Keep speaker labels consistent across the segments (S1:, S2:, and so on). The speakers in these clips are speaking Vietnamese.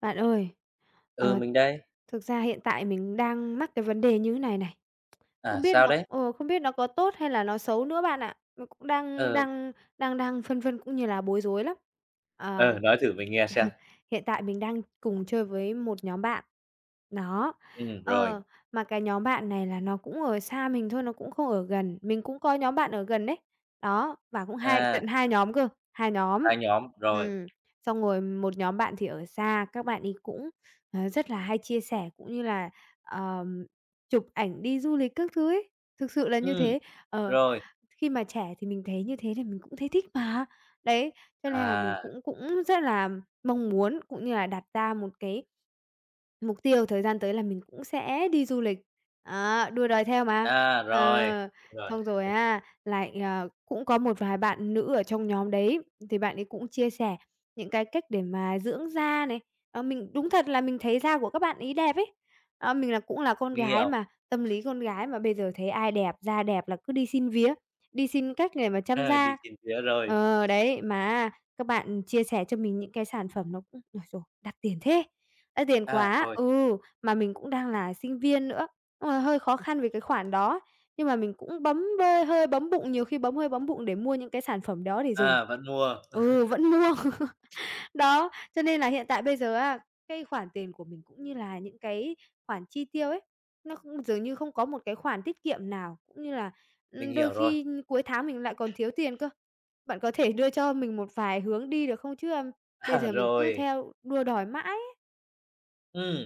S1: Bạn ơi,
S2: Ừ,
S1: ờ,
S2: mình đây.
S1: thực ra hiện tại mình đang mắc cái vấn đề như thế này này, không
S2: À,
S1: biết
S2: sao
S1: nó
S2: đấy?
S1: ờ, không biết nó có tốt hay là nó xấu nữa bạn ạ. Mình cũng đang
S2: Ừ.
S1: đang đang đang phân vân cũng như là bối rối lắm. Ờ.
S2: Ừ, nói thử mình nghe xem.
S1: Hiện tại mình đang cùng chơi với một nhóm bạn. Đó,
S2: Rồi.
S1: ờ, mà cái nhóm bạn này là nó cũng ở xa mình thôi, nó cũng không ở gần, mình cũng có nhóm bạn ở gần đấy. Đó, và cũng hai
S2: À,
S1: tận 2 nhóm cơ, 2 nhóm.
S2: hai nhóm, rồi.
S1: Ừm, xong rồi một nhóm bạn thì ở xa, các bạn ấy cũng, rất là hay chia sẻ cũng như là, ờm, chụp ảnh đi du lịch các thứ ấy, thực sự là như
S2: Ừm,
S1: thế. Ờ.
S2: rồi.
S1: Khi mà trẻ thì mình thấy như thế thì mình cũng thấy thích mà. Đấy, cho nên là mình
S2: À,
S1: cũng cũng rất là mong muốn cũng như là đặt ra một cái mục tiêu thời gian tới là mình cũng sẽ đi du lịch, á, đua đòi theo mà.
S2: à, rồi,
S1: Ờ,
S2: rồi,
S1: xong rồi á, lại, cũng có một vài bạn nữ ở trong nhóm đấy, thì bạn ấy cũng chia sẻ những cái cách để mà dưỡng da này. Mình đúng thật là mình thấy da của các bạn ấy đẹp ấy. Mình là cũng là con
S2: mình
S1: gái
S2: hiểu.
S1: mà, tâm lý con gái mà bây giờ thấy ai đẹp, da đẹp là cứ đi xin vía. Đi xin các người mà chăm
S2: À, đi
S1: da.
S2: tìm phía rồi.
S1: Đấy, mà các bạn chia sẻ cho mình những cái sản phẩm nó cũng, ôi giời, đắt tiền thế, đắt tiền
S2: À,
S1: quá
S2: rồi,
S1: ừ, mà mình cũng đang là sinh viên nữa, đúng là hơi khó khăn về cái khoản đó. Nhưng mà mình cũng bấm bê hơi bấm bụng, nhiều khi bấm hơi bấm bụng để mua những cái sản phẩm đó để dùng.
S2: à, vẫn mua.
S1: Ừ, vẫn mua. Đó, cho nên là hiện tại bây giờ á, cái khoản tiền của mình cũng như là những cái khoản chi tiêu ấy, nó cũng dường như không có một cái khoản tiết kiệm nào, cũng như là,
S2: Mình
S1: đôi
S2: hiểu rồi.
S1: khi cuối tháng mình lại còn thiếu tiền cơ. Bạn có thể đưa cho mình một vài hướng đi được không chứ, a? Bây
S2: À,
S1: giờ mình cứ
S2: rồi.
S1: theo đua đòi mãi ấy.
S2: Ừm,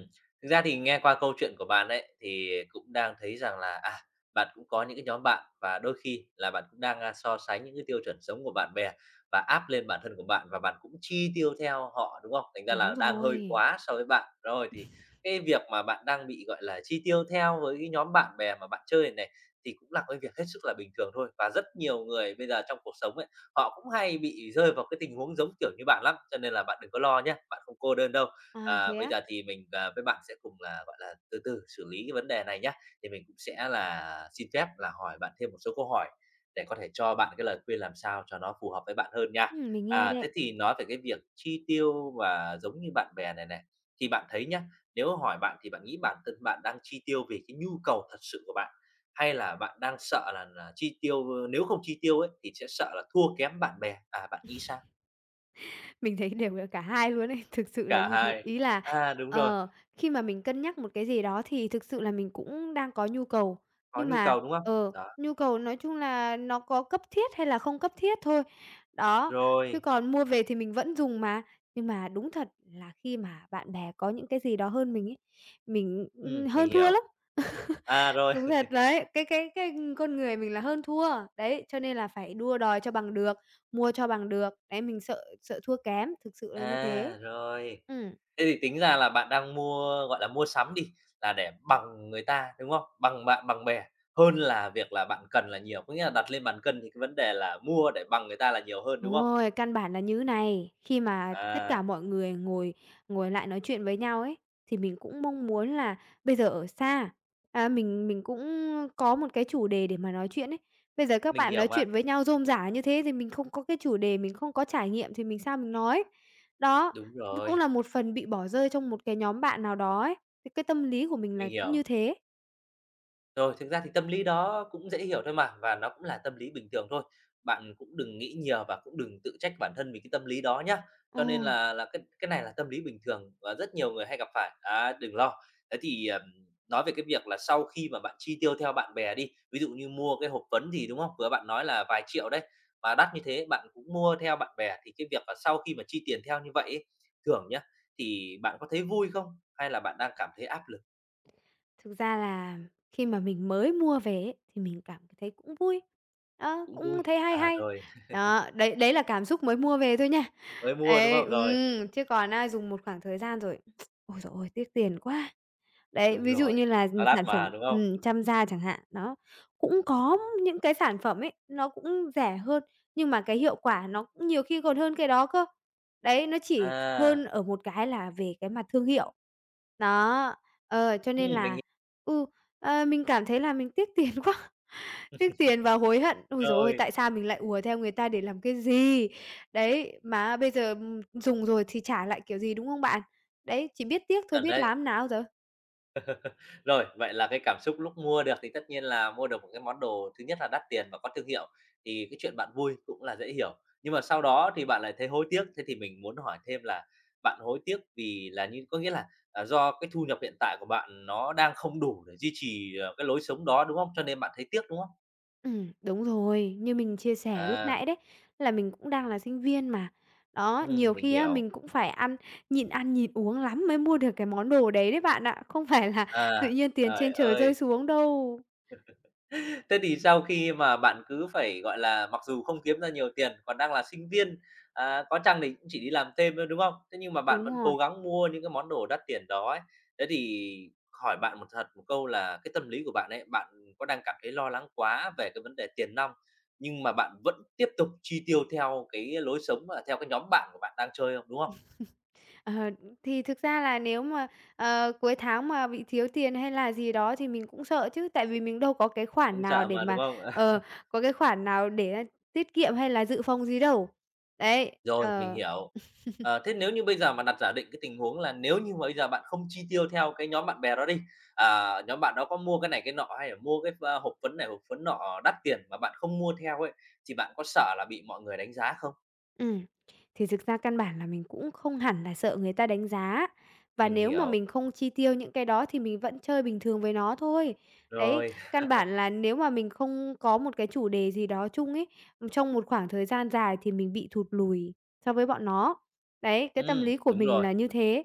S2: thực ra thì nghe qua câu chuyện của bạn ấy, thì cũng đang thấy rằng là, à, bạn cũng có những cái nhóm bạn và đôi khi là bạn cũng đang, a, so sánh những cái tiêu chuẩn sống của bạn bè và áp lên bản thân của bạn và bạn cũng chi tiêu theo họ, đúng không? Thành ra
S1: Đúng
S2: là đang hơi
S1: rồi.
S2: quá so với bạn. Rồi thì cái việc mà bạn đang bị, gọi là, chi tiêu theo với cái nhóm bạn bè mà bạn chơi này thì cũng là cái việc hết sức là bình thường thôi và rất nhiều người bây giờ trong cuộc sống ấy, họ cũng hay bị rơi vào cái tình huống giống kiểu như bạn lắm, cho nên là bạn đừng có lo nhé bạn không cô đơn đâu.
S1: À,
S2: Ờ,
S1: thế
S2: bây
S1: á?
S2: giờ thì mình, ờ, với bạn sẽ cùng là, gọi là, từ từ xử lý cái vấn đề này nhé. Thì mình cũng sẽ là xin phép là hỏi bạn thêm một số câu hỏi để có thể cho bạn cái lời khuyên làm sao cho nó phù hợp với bạn hơn nha.
S1: Mình nghe
S2: À,
S1: đây.
S2: thế thì nói về cái việc chi tiêu và giống như bạn bè này này, thì bạn thấy nhá, nếu hỏi bạn thì bạn nghĩ bản thân bạn đang chi tiêu vì cái nhu cầu thật sự của bạn, hay là bạn đang sợ là chi tiêu, nếu không chi tiêu ấy thì sẽ sợ là thua kém bạn bè? À, bạn nghĩ sao?
S1: Mình thấy đều là cả hai luôn ấy, thực sự là
S2: Cả
S1: như thế.
S2: hai.
S1: Ý là,
S2: À, đúng rồi,
S1: ờ, khi mà mình cân nhắc một cái gì đó thì thực sự là mình cũng đang có nhu cầu,
S2: có
S1: nhưng
S2: nhu
S1: mà,
S2: cầu, đúng không?
S1: ờ,
S2: Đó.
S1: nhu cầu nói chung là nó có cấp thiết hay là không cấp thiết thôi. Đó, chứ
S2: Rồi,
S1: còn mua về thì mình vẫn dùng mà. Nhưng mà đúng thật là khi mà bạn bè có những cái gì đó hơn mình ấy, mình,
S2: mình
S1: hơn thua
S2: hiểu.
S1: lắm.
S2: À, rồi,
S1: Đúng thật đấy, cái con người mình là hơn thua, đấy, cho nên là phải đua đòi cho bằng được, mua cho bằng được, đấy, mình sợ sợ thua kém, thực sự là như thế.
S2: à, rồi.
S1: Ừm.
S2: Thế thì tính ra là bạn đang mua, gọi là, mua sắm đi, là để bằng người ta, đúng không? Bằng bạn, bằng bè hơn là việc là bạn cần là nhiều, có nghĩa là đặt lên bàn cân thì cái vấn đề là mua để bằng người ta là nhiều hơn, đúng
S1: Đúng
S2: không?
S1: rồi, căn bản là như này, khi mà tất cả
S2: À,
S1: mọi người ngồi ngồi lại nói chuyện với nhau ấy, thì mình cũng mong muốn là bây giờ ở xa, mình cũng có một cái chủ đề để mà nói chuyện ấy. Bây giờ các
S2: mình
S1: bạn
S2: hiểu
S1: nói
S2: mà,
S1: chuyện với nhau rôm rả như thế thì mình không có cái chủ đề, mình không có trải nghiệm thì mình sao mình nói. Đó,
S2: đúng
S1: nó cũng
S2: rồi,
S1: là một phần bị bỏ rơi trong một cái nhóm bạn nào đó ấy, thì cái tâm lý của mình là
S2: mình
S1: cũng
S2: hiểu.
S1: như thế.
S2: Rồi, thực ra thì tâm lý đó cũng dễ hiểu thôi mà, và nó cũng là tâm lý bình thường thôi. Bạn cũng đừng nghĩ nhiều và cũng đừng tự trách bản thân vì cái tâm lý đó nhá.
S1: Ờ.
S2: Cho nên là cái này là tâm lý bình thường và rất nhiều người hay gặp phải, á, đừng lo. Thế thì, nói về cái việc là sau khi mà bạn chi tiêu theo bạn bè đi, ví dụ như mua cái hộp phấn gì, đúng không? Vừa bạn nói là vài triệu đấy, mà đắt như thế bạn cũng mua theo bạn bè, thì cái việc là sau khi mà chi tiền theo như vậy ấy, thường nhá, thì bạn có thấy vui không? Hay là bạn đang cảm thấy áp lực?
S1: Thực ra là khi mà mình mới mua về ấy, thì mình cảm thấy cũng vui, đó,
S2: Cũng
S1: cũng
S2: vui.
S1: thấy hay
S2: À,
S1: hay.
S2: rồi.
S1: Đó, đấy đấy là cảm xúc mới mua về thôi nha.
S2: Mới mua, đúng
S1: Đấy,
S2: không? Rồi,
S1: chứ còn, dùng một khoảng thời gian rồi, ôi giời ơi, tiếc tiền quá! Đấy,
S2: đúng
S1: ví dụ
S2: rồi,
S1: như là,
S2: nó đắt
S1: sản phẩm
S2: mà, đúng không?
S1: chăm da chẳng hạn, đó, cũng có những cái sản phẩm ấy, nó cũng rẻ hơn, nhưng mà cái hiệu quả nó cũng nhiều khi còn hơn cái đó cơ. Đấy, nó chỉ hơn
S2: À,
S1: ở một cái là về cái mặt thương hiệu. Đó, cho nên
S2: mình
S1: là,
S2: hiểu
S1: ừ, mình cảm thấy là mình tiếc tiền quá, tiếc tiền và hối hận. Ôi giời ơi,
S2: rồi,
S1: tại sao mình lại ùa theo người ta để làm cái gì? Đấy, mà bây giờ, dùng rồi thì trả lại kiểu gì, đúng không bạn? Đấy, chỉ biết tiếc thôi,
S2: chuẩn
S1: biết
S2: đấy.
S1: làm nào giờ.
S2: Rồi, vậy là cái cảm xúc lúc mua được thì tất nhiên là mua được một cái món đồ thứ nhất là đắt tiền và có thương hiệu, thì cái chuyện bạn vui cũng là dễ hiểu. Nhưng mà sau đó thì bạn lại thấy hối tiếc, thế thì mình muốn hỏi thêm là bạn hối tiếc vì là như có nghĩa là, à, do cái thu nhập hiện tại của bạn nó đang không đủ để duy trì, ờ, cái lối sống đó, đúng không? Cho nên bạn thấy tiếc, đúng không?
S1: Đúng rồi. Như mình chia sẻ lúc
S2: À,
S1: nãy đấy, là mình cũng đang là sinh viên mà. Đó, nhiều
S2: mình
S1: khi á,
S2: hiểu.
S1: mình cũng phải nhịn ăn nhịn uống lắm mới mua được cái món đồ đấy đấy bạn ạ, không phải là tự
S2: À,
S1: nhiên tiền
S2: trời
S1: trên trời rơi
S2: ơi!
S1: xuống đâu.
S2: Thế thì sau khi mà bạn cứ phải, gọi là, mặc dù không kiếm ra nhiều tiền, còn đang là sinh viên, à, có chăng thì cũng chỉ đi làm thêm thôi, đúng không? Thế nhưng mà bạn
S1: Đúng
S2: vẫn
S1: rồi.
S2: cố gắng mua những cái món đồ đắt tiền đó ấy. Thế thì hỏi bạn một thật một câu là cái tâm lý của bạn ấy, bạn có đang cảm thấy lo lắng quá về cái vấn đề tiền nong, nhưng mà bạn vẫn tiếp tục chi tiêu theo cái lối sống, à, theo cái nhóm bạn của bạn đang chơi không, đúng không?
S1: Ờ, thì thực ra là nếu mà, cuối tháng mà bị thiếu tiền hay là gì đó thì mình cũng sợ chứ, tại vì mình đâu
S2: Không sợ mà, đúng không?
S1: ờ, có cái khoản nào để, tiết kiệm hay là dự phòng gì đâu. Đấy,
S2: Rồi, mình
S1: ờ.
S2: hiểu. Ờ, thế nếu như bây giờ mà đặt giả định cái tình huống là nếu như mà bây giờ bạn không chi tiêu theo cái nhóm bạn bè đó đi, à, nhóm bạn đó có mua cái này cái nọ hay là mua cái, a, hộp phấn này, hộp phấn nọ đắt tiền mà bạn không mua theo ấy, thì bạn có sợ là bị mọi người đánh giá không?
S1: Ừm, thì thực ra căn bản là mình cũng không hẳn là sợ người ta đánh giá, và
S2: Mình
S1: nếu mà
S2: hiểu,
S1: mình không chi tiêu những cái đó thì mình vẫn chơi bình thường với nó thôi. Đấy,
S2: rồi,
S1: căn bản là nếu mà mình không có một cái chủ đề gì đó chung ấy, trong một khoảng thời gian dài thì mình bị thụt lùi so với bọn nó. Đấy, cái tâm lý của
S2: đúng
S1: mình
S2: rồi.
S1: là như thế.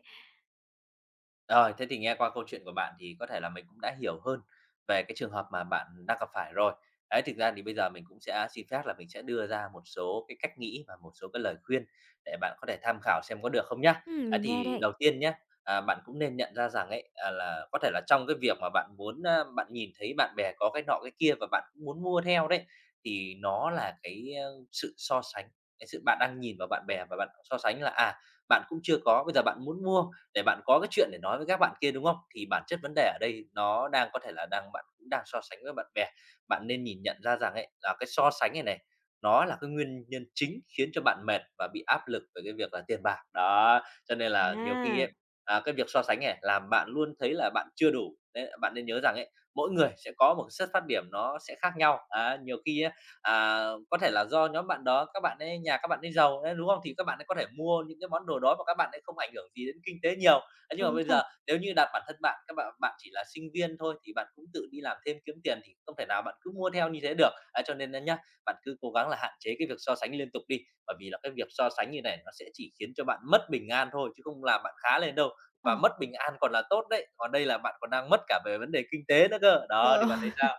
S2: Rồi, thế thì nghe qua câu chuyện của bạn thì có thể là mình cũng đã hiểu hơn về cái trường hợp mà bạn đang gặp phải rồi. Đấy, thực ra thì bây giờ mình cũng sẽ xin phép là mình sẽ đưa ra một số cái cách nghĩ và một số cái lời khuyên để bạn có thể tham khảo xem có được không nhá.
S1: Ừm,
S2: Đấy
S1: mình nghe
S2: thì
S1: đây.
S2: đầu tiên nhé, à, bạn cũng nên nhận ra rằng ấy, à, là có thể là trong cái việc mà bạn muốn, a, bạn nhìn thấy bạn bè có cái nọ cái kia và bạn cũng muốn mua theo đấy, thì nó là cái, ơ, sự so sánh, cái sự bạn đang nhìn vào bạn bè và bạn so sánh là, à, bạn cũng chưa có, bây giờ bạn muốn mua để bạn có cái chuyện để nói với các bạn kia, đúng không? Thì bản chất vấn đề ở đây nó đang có thể là đang bạn cũng đang so sánh với bạn bè. Bạn nên nhìn nhận ra rằng ấy, là cái so sánh này này, nó là cái nguyên nhân chính khiến cho bạn mệt và bị áp lực về cái việc là tiền bạc. Đó, cho nên là nhiều khi
S1: À.
S2: ấy, à, cái việc so sánh này làm bạn luôn thấy là bạn chưa đủ. Đấy, bạn nên nhớ rằng ấy, mỗi người sẽ có một cái xuất phát điểm nó sẽ khác nhau. Á, nhiều khi á. À, có thể là do nhóm bạn đó các bạn ấy nhà các bạn ấy giàu đấy, đúng không? Thì các bạn ấy có thể mua những cái món đồ đó mà các bạn ấy không ảnh hưởng gì đến kinh tế nhiều. Thế nhưng mà
S1: Đúng
S2: bây giờ
S1: thật.
S2: nếu như đặt bản thân bạn, các bạn bạn chỉ là sinh viên thôi thì bạn cũng tự đi làm thêm kiếm tiền thì không thể nào bạn cứ mua theo như thế được. Ấy, cho nên là nhá, bạn cứ cố gắng là hạn chế cái việc so sánh liên tục đi, bởi vì là cái việc so sánh như này nó sẽ chỉ khiến cho bạn mất bình an thôi chứ không làm bạn khá lên đâu. Và
S1: Ừm.
S2: mất bình an còn là tốt đấy, còn đây là bạn còn đang mất cả về vấn đề kinh tế nữa cơ. Đó, thì bạn thấy sao?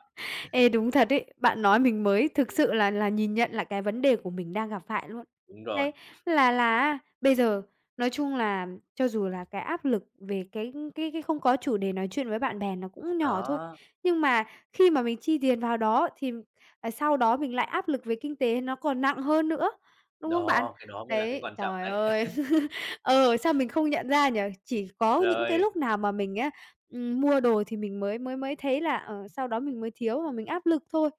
S1: Ê, đúng thật ấy, bạn nói mình mới thực sự là nhìn nhận lại cái vấn đề của mình đang gặp phải luôn.
S2: Đúng rồi,
S1: Đấy, là á, bây giờ nói chung là cho dù là cái áp lực về cái không có chủ đề nói chuyện với bạn bè nó cũng nhỏ thôi,
S2: đó.
S1: nhưng mà khi mà mình chi tiền vào đó thì, sau đó mình lại áp lực về kinh tế nó còn nặng hơn nữa, đúng không bạn?
S2: Đó, cái đó mới là cái
S1: Đấy,
S2: quan trọng
S1: trời
S2: đấy.
S1: ơi! Sao mình không nhận ra nhỉ? Chỉ có những cái
S2: Rồi,
S1: lúc nào mà mình á mua đồ thì mình mới mới mới thấy là, sau đó mình mới thiếu và mình áp lực thôi.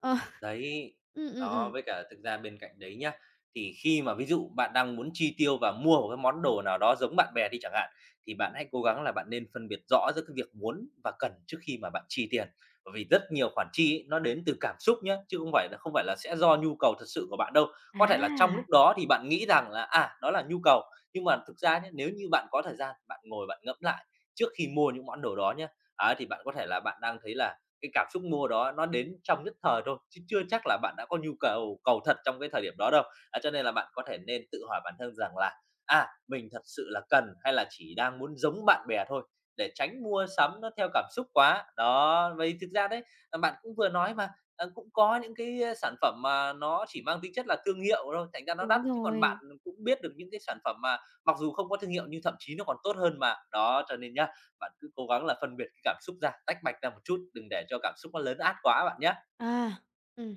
S1: Ờ,
S2: đấy,
S1: ừm, ừm,
S2: đó,
S1: ừm.
S2: với cả thực ra bên cạnh đấy nhá, thì khi mà ví dụ bạn đang muốn chi tiêu và mua một cái món đồ nào đó giống bạn bè đi chẳng hạn, thì bạn hãy cố gắng là bạn nên phân biệt rõ giữa cái việc muốn và cần trước khi mà bạn chi tiền. Bởi vì rất nhiều khoản chi ấy, nó đến từ cảm xúc nhá, chứ không phải là sẽ do nhu cầu thật sự của bạn đâu. Có thể là trong
S1: À,
S2: lúc đó thì bạn nghĩ rằng là, à, đó là nhu cầu, nhưng mà thực ra nhá, nếu như bạn có thời gian, bạn ngồi bạn ngẫm lại trước khi mua những món đồ đó nhá, ấy, thì bạn có thể là bạn đang thấy là cái cảm xúc mua đó nó đến trong nhất thời thôi, chứ chưa chắc là bạn đã có nhu cầu cầu thật trong cái thời điểm đó đâu. Á, cho nên là bạn có thể nên tự hỏi bản thân rằng là "À, mình thật sự là cần hay là chỉ đang muốn giống bạn bè thôi?" để tránh mua sắm nó theo cảm xúc quá. Đó, vậy thực ra đấy, à, bạn cũng vừa nói mà, à, cũng có những cái, a, sản phẩm mà nó chỉ mang tính chất là thương hiệu thôi, thành ra nó đắt,
S1: đúng
S2: chứ còn bạn
S1: rồi.
S2: cũng biết được những cái sản phẩm mà mặc dù không có thương hiệu nhưng thậm chí nó còn tốt hơn mà. Đó, cho nên nhá, bạn cứ cố gắng là phân biệt cái cảm xúc ra, tách bạch ra một chút, đừng để cho cảm xúc nó lớn át quá bạn nhé.
S1: À, ừm,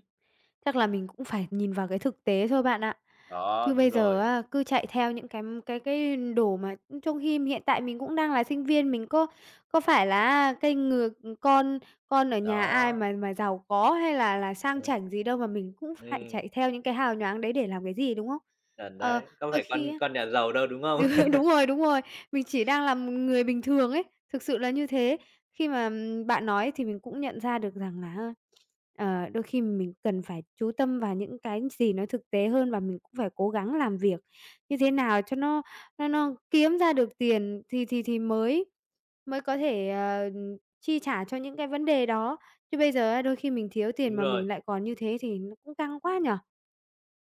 S1: chắc là mình cũng phải nhìn vào cái thực tế thôi bạn ạ.
S2: Đó,
S1: Chứ
S2: đúng
S1: bây giờ
S2: rồi,
S1: á, cứ chạy theo những cái đồ mà trong khi hiện tại mình cũng đang là sinh viên, mình có phải là á cái ngừa con con ở nhà ai
S2: đó,
S1: mà giàu có hay là sang
S2: ừ
S1: chảnh gì đâu mà mình cũng phải
S2: ừm,
S1: chạy theo những cái hào nhoáng đấy để làm cái gì, đúng không?
S2: chuẩn
S1: Ờ,
S2: đấy, có
S1: đôi
S2: phải
S1: khi
S2: con
S1: á
S2: con nhà giàu đâu, đúng không?
S1: Đúng rồi, đúng rồi. Mình chỉ đang là một người bình thường ấy, thực sự là như thế. Khi mà, bạn nói thì mình cũng nhận ra được rằng là, đôi khi mình cần phải chú tâm vào những cái gì nó thực tế hơn và mình cũng phải cố gắng làm việc như thế nào cho nó kiếm ra được tiền thì thì mới mới có thể, chi trả cho những cái vấn đề đó. Chứ bây giờ á, đôi khi mình thiếu tiền
S2: Đúng
S1: mà
S2: rồi.
S1: mình lại còn như thế thì nó cũng căng quá nhở?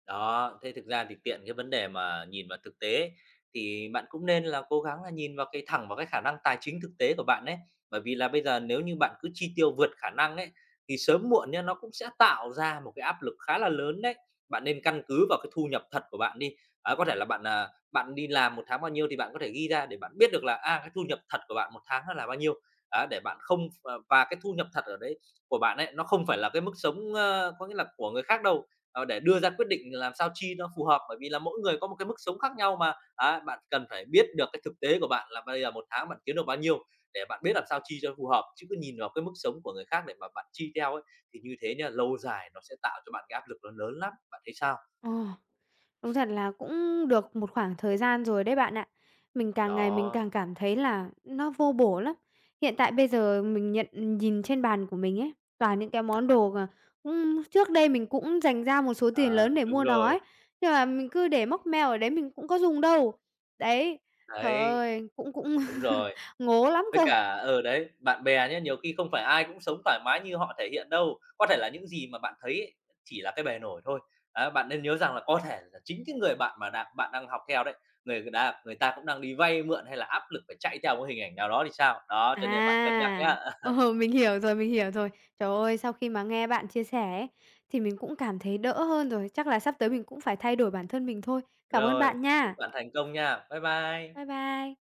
S2: Đó, thế thực ra thì tiện cái vấn đề mà nhìn vào thực tế thì bạn cũng nên là cố gắng là nhìn vào cái thẳng vào cái khả năng tài chính thực tế của bạn ấy. Bởi vì là bây giờ nếu như bạn cứ chi tiêu vượt khả năng ấy thì sớm muộn nhá, nó cũng sẽ tạo ra một cái áp lực khá là lớn đấy. Bạn nên căn cứ vào cái thu nhập thật của bạn đi. Đấy, có thể là bạn, à, bạn đi làm một tháng bao nhiêu thì bạn có thể ghi ra để bạn biết được là, à, cái thu nhập thật của bạn một tháng nó là bao nhiêu. Á, để bạn không và cái thu nhập thật ở đấy của bạn ấy, nó không phải là cái mức sống, ơ, có nghĩa là của người khác đâu. Ờ, để đưa ra quyết định làm sao chi nó phù hợp, bởi vì là mỗi người có một cái mức sống khác nhau mà. Á, bạn cần phải biết được cái thực tế của bạn là bây giờ một tháng bạn kiếm được bao nhiêu để bạn biết làm sao chi cho phù hợp, chứ cứ nhìn vào cái mức sống của người khác để mà bạn chi theo ấy, thì như thế nha lâu dài nó sẽ tạo cho bạn cái áp lực nó lớn lắm, bạn thấy sao?
S1: Ờ. Đúng thật là cũng được một khoảng thời gian rồi đấy bạn ạ. Mình càng ngày mình
S2: Đó,
S1: càng cảm thấy là nó vô bổ lắm. Hiện tại bây giờ mình nhìn trên bàn của mình ấy, toàn những cái món đồ mà cũng trước đây mình cũng dành ra một số tiền
S2: đó,
S1: lớn để
S2: đúng
S1: mua đó ấy,
S2: rồi,
S1: nhưng mà mình cứ để móc mèo ở đấy mình cũng có dùng đâu. Đấy, trời
S2: đấy,
S1: ơi, cũng cũng
S2: đúng rồi.
S1: ngố lắm
S2: Với
S1: cơ.
S2: cả ờ, đấy, bạn bè nhé nhiều khi không phải ai cũng sống thoải mái như họ thể hiện đâu. Có thể là những gì mà bạn thấy ấy, chỉ là cái bề nổi thôi. Á, bạn nên nhớ rằng là có thể là chính cái người bạn mà đang bạn đang học theo đấy, người ta cũng đang đi vay mượn hay là áp lực phải chạy theo một hình ảnh nào đó thì sao. Đó, cho nên bạn cân nhắc
S1: À,
S2: nhá.
S1: mình hiểu rồi, mình hiểu rồi. Trời ơi, sau khi mà nghe bạn chia sẻ ấy, thì mình cũng cảm thấy đỡ hơn rồi. Chắc là sắp tới mình cũng phải thay đổi bản thân mình thôi. Cảm ơn
S2: Rồi,
S1: bạn
S2: chúc
S1: nha.
S2: bạn thành công nha. Bye bye.
S1: Bye bye.